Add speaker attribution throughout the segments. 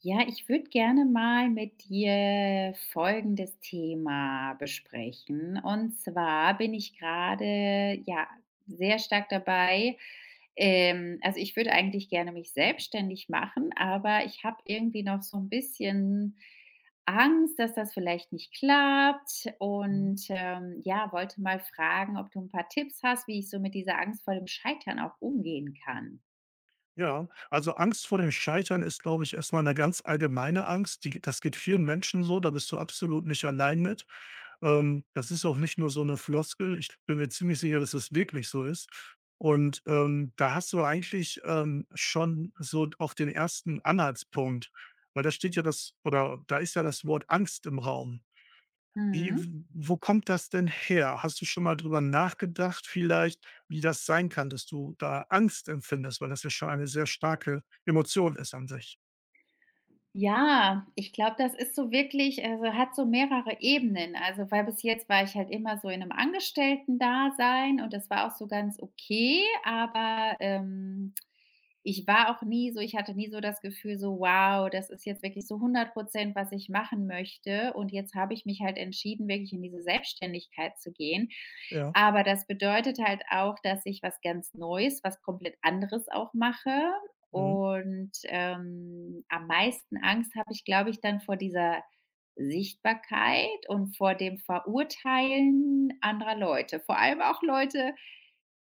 Speaker 1: Ja, ich würde gerne mal mit dir folgendes Thema besprechen. Und zwar bin ich gerade, ja, sehr stark dabei. Also ich würde eigentlich gerne mich selbstständig machen, aber ich habe irgendwie noch so ein bisschen Angst, dass das vielleicht nicht klappt,
Speaker 2: Mhm.
Speaker 1: und, ja, wollte mal fragen, ob du ein paar Tipps hast, wie ich so mit dieser Angst vor dem Scheitern auch umgehen kann.
Speaker 2: Ja, also Angst vor dem Scheitern ist, glaube ich, erstmal eine ganz allgemeine Angst. Die das geht vielen Menschen so, da bist du absolut nicht allein mit. Das ist auch nicht nur so eine Floskel. Ich bin mir ziemlich sicher, dass es wirklich so ist. Da hast du eigentlich, schon so auch den ersten Anhaltspunkt, weil da steht ja das oder da ist ja das Wort Angst im Raum. Wie
Speaker 1: Mhm.
Speaker 2: wo kommt das denn her? Hast du schon mal drüber nachgedacht vielleicht, wie das sein kann, dass du da Angst empfindest, weil das ja schon eine sehr starke Emotion ist an sich?
Speaker 1: Ja, ich glaube, das ist so wirklich, also hat so mehrere Ebenen. Also weil bis jetzt war ich halt immer so in einem Angestellten-Dasein, und das war auch so ganz okay, aber, ich war auch nie so ich hatte nie so das Gefühl so: „Wow, das ist jetzt wirklich so 100%, was ich machen möchte." Und jetzt habe ich mich halt entschieden, wirklich in diese Selbstständigkeit zu gehen.
Speaker 2: Ja.
Speaker 1: Aber das bedeutet halt auch, dass ich was ganz Neues, was komplett anderes auch mache.
Speaker 2: Mhm.
Speaker 1: Und am meisten Angst habe ich, glaube ich, dann vor dieser Sichtbarkeit und vor dem Verurteilen anderer Leute. Vor allem auch Leute,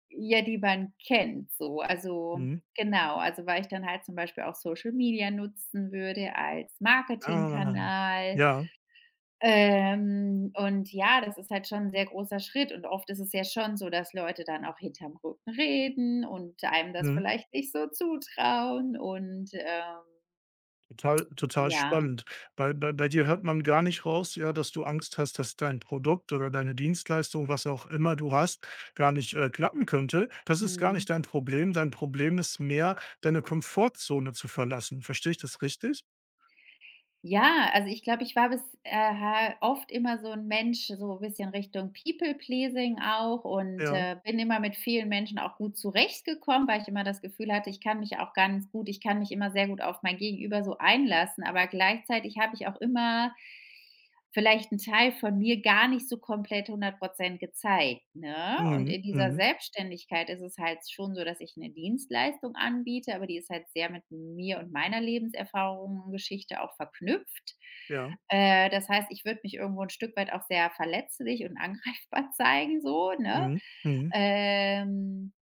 Speaker 1: ja, die man kennt so. Also,
Speaker 2: Mhm.
Speaker 1: genau, also weil ich dann halt zum Beispiel auch Social Media nutzen würde als
Speaker 2: Ah.
Speaker 1: Marketingkanal,
Speaker 2: Ja.
Speaker 1: und ja, das ist halt schon 'n sehr großer Schritt, und oft ist es ja schon so, dass Leute dann auch hinterm Rücken reden und einem das
Speaker 2: Mhm.
Speaker 1: vielleicht nicht so zutrauen, und,
Speaker 2: Total
Speaker 1: ja,
Speaker 2: spannend. Bei dir hört man gar nicht raus, ja, dass du Angst hast, dass dein Produkt oder deine Dienstleistung, was auch immer du hast, gar nicht, klappen könnte. Das ist gar nicht
Speaker 1: mhm.
Speaker 2: dein Problem. Dein Problem ist mehr, deine Komfortzone zu verlassen. Verstehe ich das richtig?
Speaker 1: Ja, also ich glaube, ich war bis ha oft immer so 'n Mensch, so bisschen Richtung People Pleasing auch, und,
Speaker 2: Ja.
Speaker 1: äh, bin immer mit vielen Menschen auch gut zurechtgekommen, weil ich immer das Gefühl hatte, ich kann mich immer sehr gut auf mein Gegenüber so einlassen, aber gleichzeitig habe ich auch immer vielleicht ein Teil von mir gar nicht so komplett 100% gezeigt, ne? Und
Speaker 2: Mhm,
Speaker 1: in dieser
Speaker 2: mhm,
Speaker 1: Selbstständigkeit ist es halt schon so, dass ich eine Dienstleistung anbiete, aber die ist halt sehr mit mir und meiner Lebenserfahrung und Geschichte auch verknüpft.
Speaker 2: ja.
Speaker 1: Das heißt, ich würde mich irgendwo ein Stück weit auch sehr verletzlich und angreifbar zeigen so, ne?
Speaker 2: Mhm, mhm,
Speaker 1: Ähm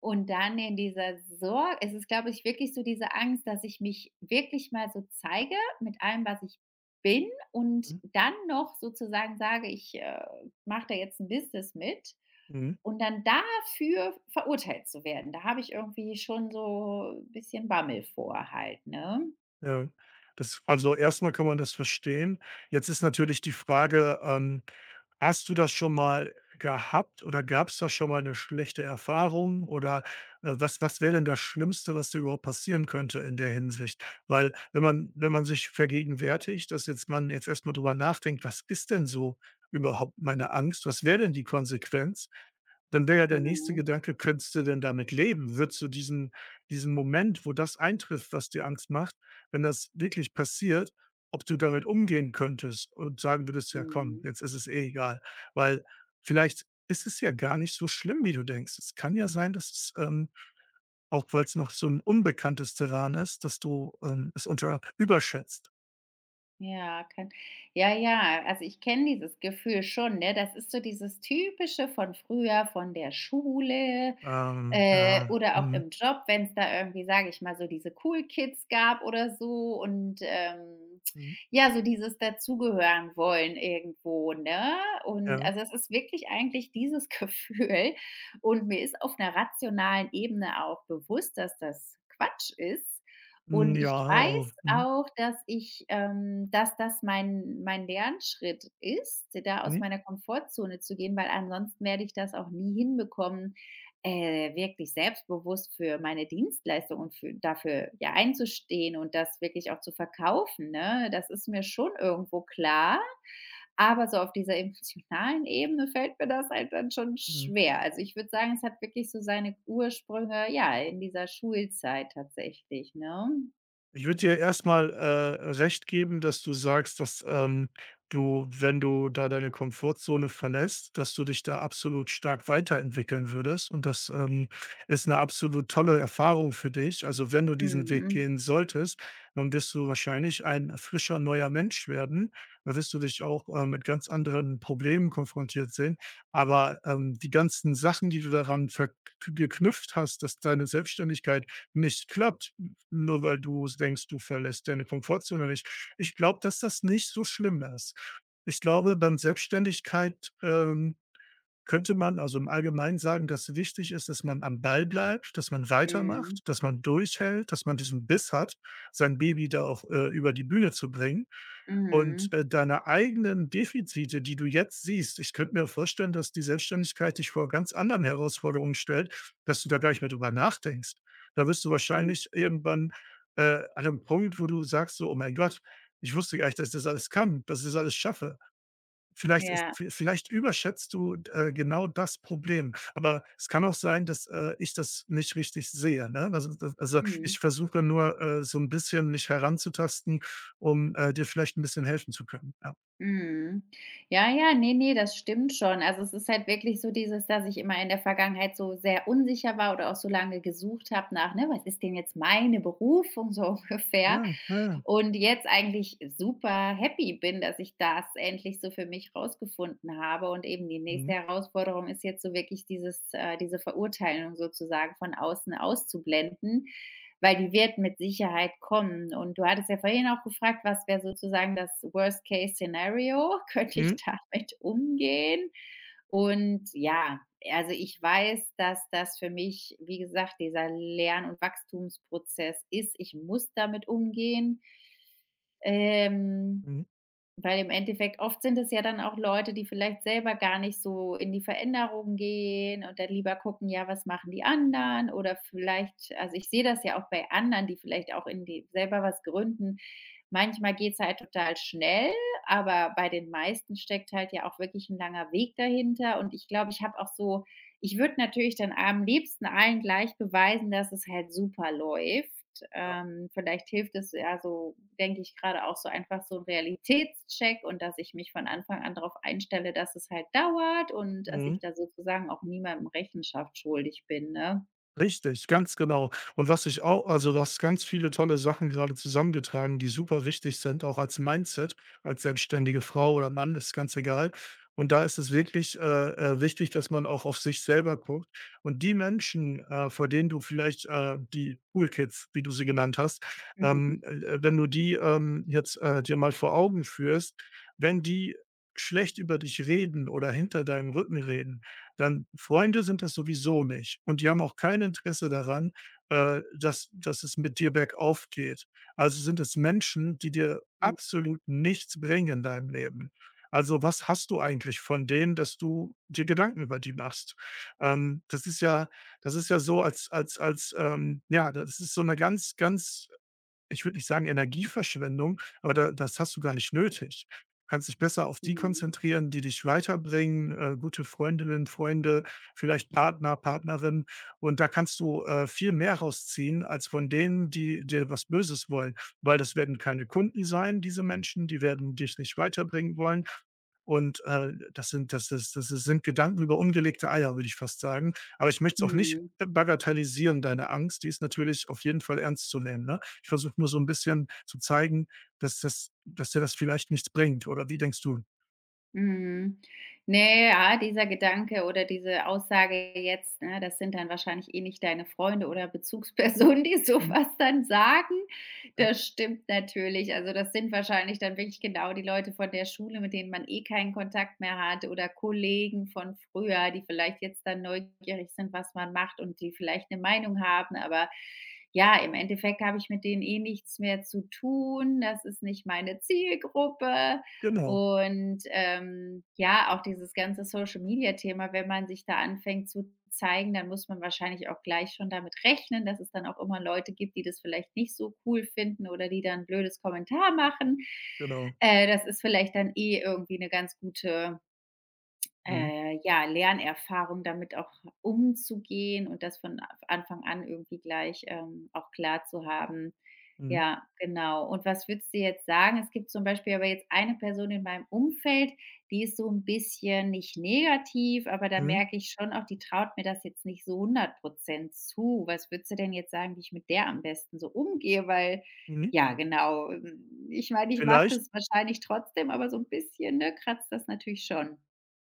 Speaker 1: und dann in dieser Sorge, es ist, glaube ich, wirklich so diese Angst, dass ich mich wirklich mal so zeige mit allem, was ich bin, und
Speaker 2: mhm,
Speaker 1: dann noch sozusagen sage, ich, mache da jetzt ein Business mit
Speaker 2: mhm.
Speaker 1: und dann dafür verurteilt zu werden. Da habe ich irgendwie schon so ein bisschen Bammel vor halt, ne?
Speaker 2: Ja, das also, erstmal kann man das verstehen. Jetzt ist natürlich die Frage, hast du das schon mal gehabt oder gab es da schon mal eine schlechte Erfahrung oder, was wäre denn das Schlimmste, was dir überhaupt passieren könnte in der Hinsicht? Weil wenn man sich vergegenwärtigt, dass jetzt man jetzt erstmal drüber nachdenkt: „Was ist denn so überhaupt meine Angst? Was wäre denn die Konsequenz?“ Dann wäre ja der nächste
Speaker 1: Mhm,
Speaker 2: Gedanke: „Könntest du denn damit leben?“ Würdest du diesen Moment, wo das eintrifft, was dir Angst macht, wenn das wirklich passiert, ob du damit umgehen könntest und sagen würdest: „Ja komm,
Speaker 1: mhm.
Speaker 2: jetzt ist es eh egal.“ Weil vielleicht ist es ja gar nicht so schlimm, wie du denkst. Es kann ja sein, dass es, auch weil's noch so ein unbekanntes Terrain ist, dass du, es unter überschätzt.
Speaker 1: Ja, kann ja, ja, also ich kenne dieses Gefühl schon, ne? Das ist so dieses Typische von früher, von der Schule, Äh,
Speaker 2: Ja,
Speaker 1: Oder auch
Speaker 2: mhm,
Speaker 1: im Job, wenn es da irgendwie, sage ich mal, so diese Cool Kids gab oder so, und,
Speaker 2: mhm,
Speaker 1: ja, so dieses dazugehören wollen irgendwo, ne? Und
Speaker 2: ja,
Speaker 1: also es ist wirklich eigentlich dieses Gefühl, und mir ist auf einer rationalen Ebene auch bewusst, dass das Quatsch ist.
Speaker 2: hm,
Speaker 1: Und ich
Speaker 2: ja, au
Speaker 1: weiß
Speaker 2: mhm,
Speaker 1: auch, dass das mein Lernschritt ist, da aus
Speaker 2: mhm,
Speaker 1: meiner Komfortzone zu gehen, weil ansonsten werde ich das auch nie hinbekommen, wirklich selbstbewusst für meine Dienstleistung und für dafür, ja, einzustehen und das wirklich auch zu verkaufen, ne? Das ist mir schon irgendwo klar, aber so auf dieser emotionalen Ebene fällt mir das halt dann schon
Speaker 2: mhm.
Speaker 1: schwer. Also ich würde sagen, es hat wirklich so seine Ursprünge, ja, in dieser Schulzeit tatsächlich, ne?
Speaker 2: Ich würde dir erstmal recht geben, dass du sagst, dass, du, wenn du da deine Komfortzone verlässt, dass du dich da absolut stark weiterentwickeln würdest und das, ist eine absolut tolle Erfahrung für dich. Also, wenn du diesen Weg
Speaker 1: Mhm.
Speaker 2: gehen solltest, dann wirst du wahrscheinlich ein frischer, neuer Mensch werden. Da wirst du dich auch, mit ganz anderen Problemen konfrontiert sehen. Aber, die ganzen Sachen, die du daran verk geknüpft hast, dass deine Selbstständigkeit nicht klappt, nur weil du denkst, du verlässt deine Komfortzone nicht. Ich glaube, dass das nicht so schlimm ist. Ich glaube, dann Selbstständigkeit, könnte man also im Allgemeinen sagen, dass wichtig ist, dass man am Ball bleibt, dass man
Speaker 1: Mhm.
Speaker 2: weitermacht, dass man durchhält, dass man diesen Biss hat, sein Baby da auch, über die Bühne zu bringen. Und,
Speaker 1: Mhm.
Speaker 2: deine eigenen Defizite, die du jetzt siehst, ich könnte mir vorstellen, dass die Selbstständigkeit dich vor ganz anderen Herausforderungen stellt, dass du da gar nicht mehr drüber nachdenkst. Da wirst du
Speaker 1: Mhm.
Speaker 2: wahrscheinlich irgendwann, an 'nem Punkt, wo du sagst so: „Oh mein Gott, ich wusste gar nicht, dass ich das alles kann, dass ich das alles schaffe.“ Vielleicht ist
Speaker 1: Ja.
Speaker 2: vielleicht überschätzt du, genau das Problem. Aber es kann auch sein, dass, ich das nicht richtig sehe, ne? Ich
Speaker 1: Mhm.
Speaker 2: versuche nur, so ein bisschen mich heranzutasten, um, dir vielleicht ein bisschen helfen zu können, ja.
Speaker 1: Mhm. Ja, ja, nee, nee, das stimmt schon. Also es ist halt wirklich so dieses, dass ich immer in der Vergangenheit so sehr unsicher war oder auch so lange gesucht habe nach, ne, was ist denn jetzt meine Berufung so ungefähr?
Speaker 2: Ja, ja, ja.
Speaker 1: Und jetzt eigentlich super happy bin, dass ich das endlich so für mich rausgefunden habe. Und eben die nächste
Speaker 2: Mhm.
Speaker 1: Herausforderung ist jetzt so wirklich dieses, diese Verurteilung sozusagen von außen auszublenden, weil die wird mit Sicherheit kommen. Und du hattest ja vorhin auch gefragt, was wäre sozusagen das Worst-Case-Szenario? Könnte ich
Speaker 2: Mhm,
Speaker 1: damit umgehen? Und ja, also ich weiß, dass das für mich, wie gesagt, dieser Lern- und Wachstumsprozess ist. Ich muss damit umgehen. Ähm.
Speaker 2: mhm,
Speaker 1: Weil im Endeffekt oft sind es ja dann auch Leute, die vielleicht selber gar nicht so in die Veränderung gehen und dann lieber gucken, ja, was machen die anderen? Oder vielleicht, also ich sehe das ja auch bei anderen, die vielleicht auch in die selber was gründen. Manchmal geht's halt total schnell, aber bei den meisten steckt halt ja auch wirklich ein langer Weg dahinter. Und ich glaube, ich habe auch so ich würde natürlich dann am liebsten allen gleich beweisen, dass es halt super läuft.
Speaker 2: ja,
Speaker 1: Vielleicht hilft es ja so, denke ich gerade, auch so einfach so ein Realitätscheck, und dass ich mich von Anfang an darauf einstelle, dass es halt dauert und dass
Speaker 2: mhm.
Speaker 1: ich da sozusagen auch niemandem Rechenschaft schuldig bin, ne?
Speaker 2: Richtig, ganz genau. Und was ich auch, also, du hast ganz viele tolle Sachen gerade zusammengetragen, die super wichtig sind, auch als Mindset, als selbstständige Frau oder Mann, ist ganz egal. Und da ist es wirklich, wichtig, dass man auch auf sich selber guckt. Und die Menschen, vor denen du vielleicht, die Cool Kids, wie du sie genannt hast, wenn du die, jetzt, dir mal vor Augen führst, wenn die schlecht über dich reden oder hinter deinem Rücken reden, dann Freunde sind das sowieso nicht und die haben auch kein Interesse daran, dass es mit dir bergauf geht. Also sind es Menschen, die dir absolut nichts bringen in deinem Leben. Also, was hast du eigentlich von denen, dass du dir Gedanken über die machst? Ähm, das ist ja das ist ja so als ja, das ist so eine ganz, ganz ich würde nicht sagen Energieverschwendung, aber da das hast du gar nicht nötig. Du kannst dich besser auf die
Speaker 1: Mhm.
Speaker 2: konzentrieren, die dich weiterbringen, gute Freundinnen, Freunde, vielleicht Partner, Partnerin. Und da kannst du, viel mehr rausziehen als von denen, die dir was Böses wollen, weil das werden keine Kunden sein, diese Menschen, die werden dich nicht weiterbringen wollen. Und, das sind das ist sind Gedanken über ungelegte Eier, würde ich fast sagen. Aber ich möchte es auch nicht,
Speaker 1: Mhm.
Speaker 2: bagatellisieren, deine Angst, die ist natürlich auf jeden Fall ernst zu nehmen, ne? Ich versuche nur so ein bisschen zu zeigen, dass dir das vielleicht nichts bringt, oder wie denkst du?
Speaker 1: Mhm. Ne, ja, dieser Gedanke oder diese Aussage jetzt, ne, das sind dann wahrscheinlich eh nicht deine Freunde oder Bezugspersonen, die so
Speaker 2: Mhm,
Speaker 1: was dann sagen.
Speaker 2: ja,
Speaker 1: Das stimmt natürlich. Also das sind wahrscheinlich dann wirklich genau die Leute von der Schule, mit denen man eh keinen Kontakt mehr hat, oder Kollegen von früher, die vielleicht jetzt dann neugierig sind, was man macht, und die vielleicht eine Meinung haben, aber ja, im Endeffekt habe ich mit denen eh nichts mehr zu tun. Das ist nicht meine Zielgruppe.
Speaker 2: genau,
Speaker 1: Und, ja, auch dieses ganze Social-Media-Thema, wenn man sich da anfängt zu zeigen, dann muss man wahrscheinlich auch gleich schon damit rechnen, dass es dann auch immer Leute gibt, die das vielleicht nicht so cool finden oder die dann 'n blödes Kommentar machen.
Speaker 2: genau.
Speaker 1: Das ist vielleicht dann eh irgendwie eine ganz gute
Speaker 2: Mhm,
Speaker 1: äh, ja, Lernerfahrung, damit auch umzugehen und das von a Anfang an irgendwie gleich, auch klar zu haben.
Speaker 2: mhm,
Speaker 1: Ja, genau. Und was würdest du jetzt sagen? Es gibt zum Beispiel aber jetzt eine Person in meinem Umfeld, die ist so ein bisschen, nicht negativ, aber da
Speaker 2: mhm,
Speaker 1: merke ich schon auch, die traut mir das jetzt nicht so 100% zu. Was würdest du denn jetzt sagen, wie ich mit der am besten so umgehe? Weil
Speaker 2: mhm.
Speaker 1: ja, genau, ich meine, ich mache
Speaker 2: Vielleicht
Speaker 1: das wahrscheinlich trotzdem, aber so ein bisschen, ne, kratzt das natürlich schon.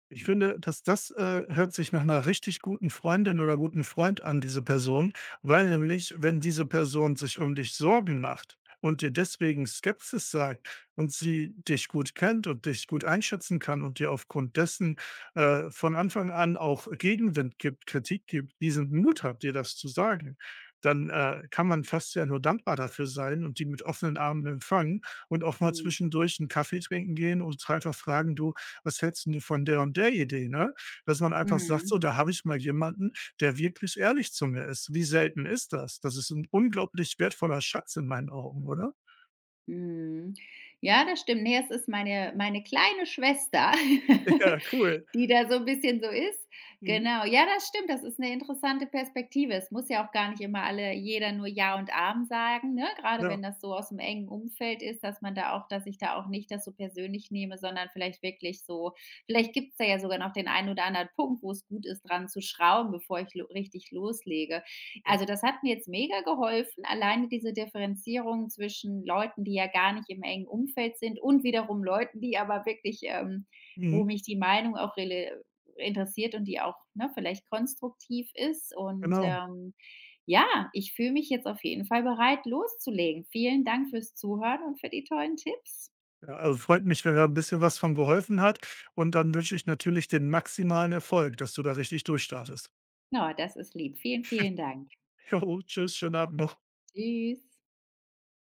Speaker 2: Ich finde, dass das, hört sich nach einer richtig guten Freundin oder guten Freund an, diese Person, weil nämlich, wenn diese Person sich um dich Sorgen macht und dir deswegen Skepsis sagt und sie dich gut kennt und dich gut einschätzen kann und dir aufgrund dessen, von Anfang an auch Gegenwind gibt, Kritik gibt, diesen Mut hat, dir das zu sagen, dann, kann man fast ja nur dankbar dafür sein und die mit offenen Armen empfangen und auch mal
Speaker 1: Mhm.
Speaker 2: zwischendurch einen Kaffee trinken gehen und einfach fragen: „Du, was hältst 'n von der und der Idee, ne? Dass man einfach sagt:
Speaker 1: Mhm,
Speaker 2: „So, da habe ich mal jemanden, der wirklich ehrlich zu mir ist.“ Wie selten ist das? Das ist ein unglaublich wertvoller Schatz in meinen Augen, oder?
Speaker 1: mhm. Ja, das stimmt. Ne, es ist meine kleine Schwester,
Speaker 2: Ja, cool.
Speaker 1: die da so ein bisschen so ist.
Speaker 2: Mhm.
Speaker 1: Genau. Ja, das stimmt. Das ist eine interessante Perspektive. Es muss ja auch gar nicht immer alle jeder nur Ja und Amen sagen, ne? Gerade
Speaker 2: Ja,
Speaker 1: wenn das so aus dem engen Umfeld ist, dass man da auch dass ich da auch nicht das so persönlich nehme, sondern vielleicht wirklich so, vielleicht gibt es da ja sogar noch den einen oder anderen Punkt, wo es gut ist, dran zu schrauben, bevor ich lo richtig loslege.
Speaker 2: ja.
Speaker 1: Also, das hat mir jetzt mega geholfen, alleine diese Differenzierung zwischen Leuten, die ja gar nicht im engen Umfeld sind, und wiederum Leuten, die aber wirklich, wo
Speaker 2: Mhm.
Speaker 1: mich die Meinung auch rele interessiert und die auch, ne, vielleicht konstruktiv ist. Und,
Speaker 2: Genau.
Speaker 1: ähm, ja, ich fühle mich jetzt auf jeden Fall bereit, loszulegen. Vielen Dank fürs Zuhören und für die tollen Tipps.
Speaker 2: Ja, also, freut mich, wenn da ein bisschen was von geholfen hat, und dann wünsche ich natürlich den maximalen Erfolg, dass du da richtig durchstartest.
Speaker 1: Na, das ist lieb. Vielen, vielen Dank.
Speaker 2: Jo, tschüss, schönen Abend noch.
Speaker 1: Tschüss.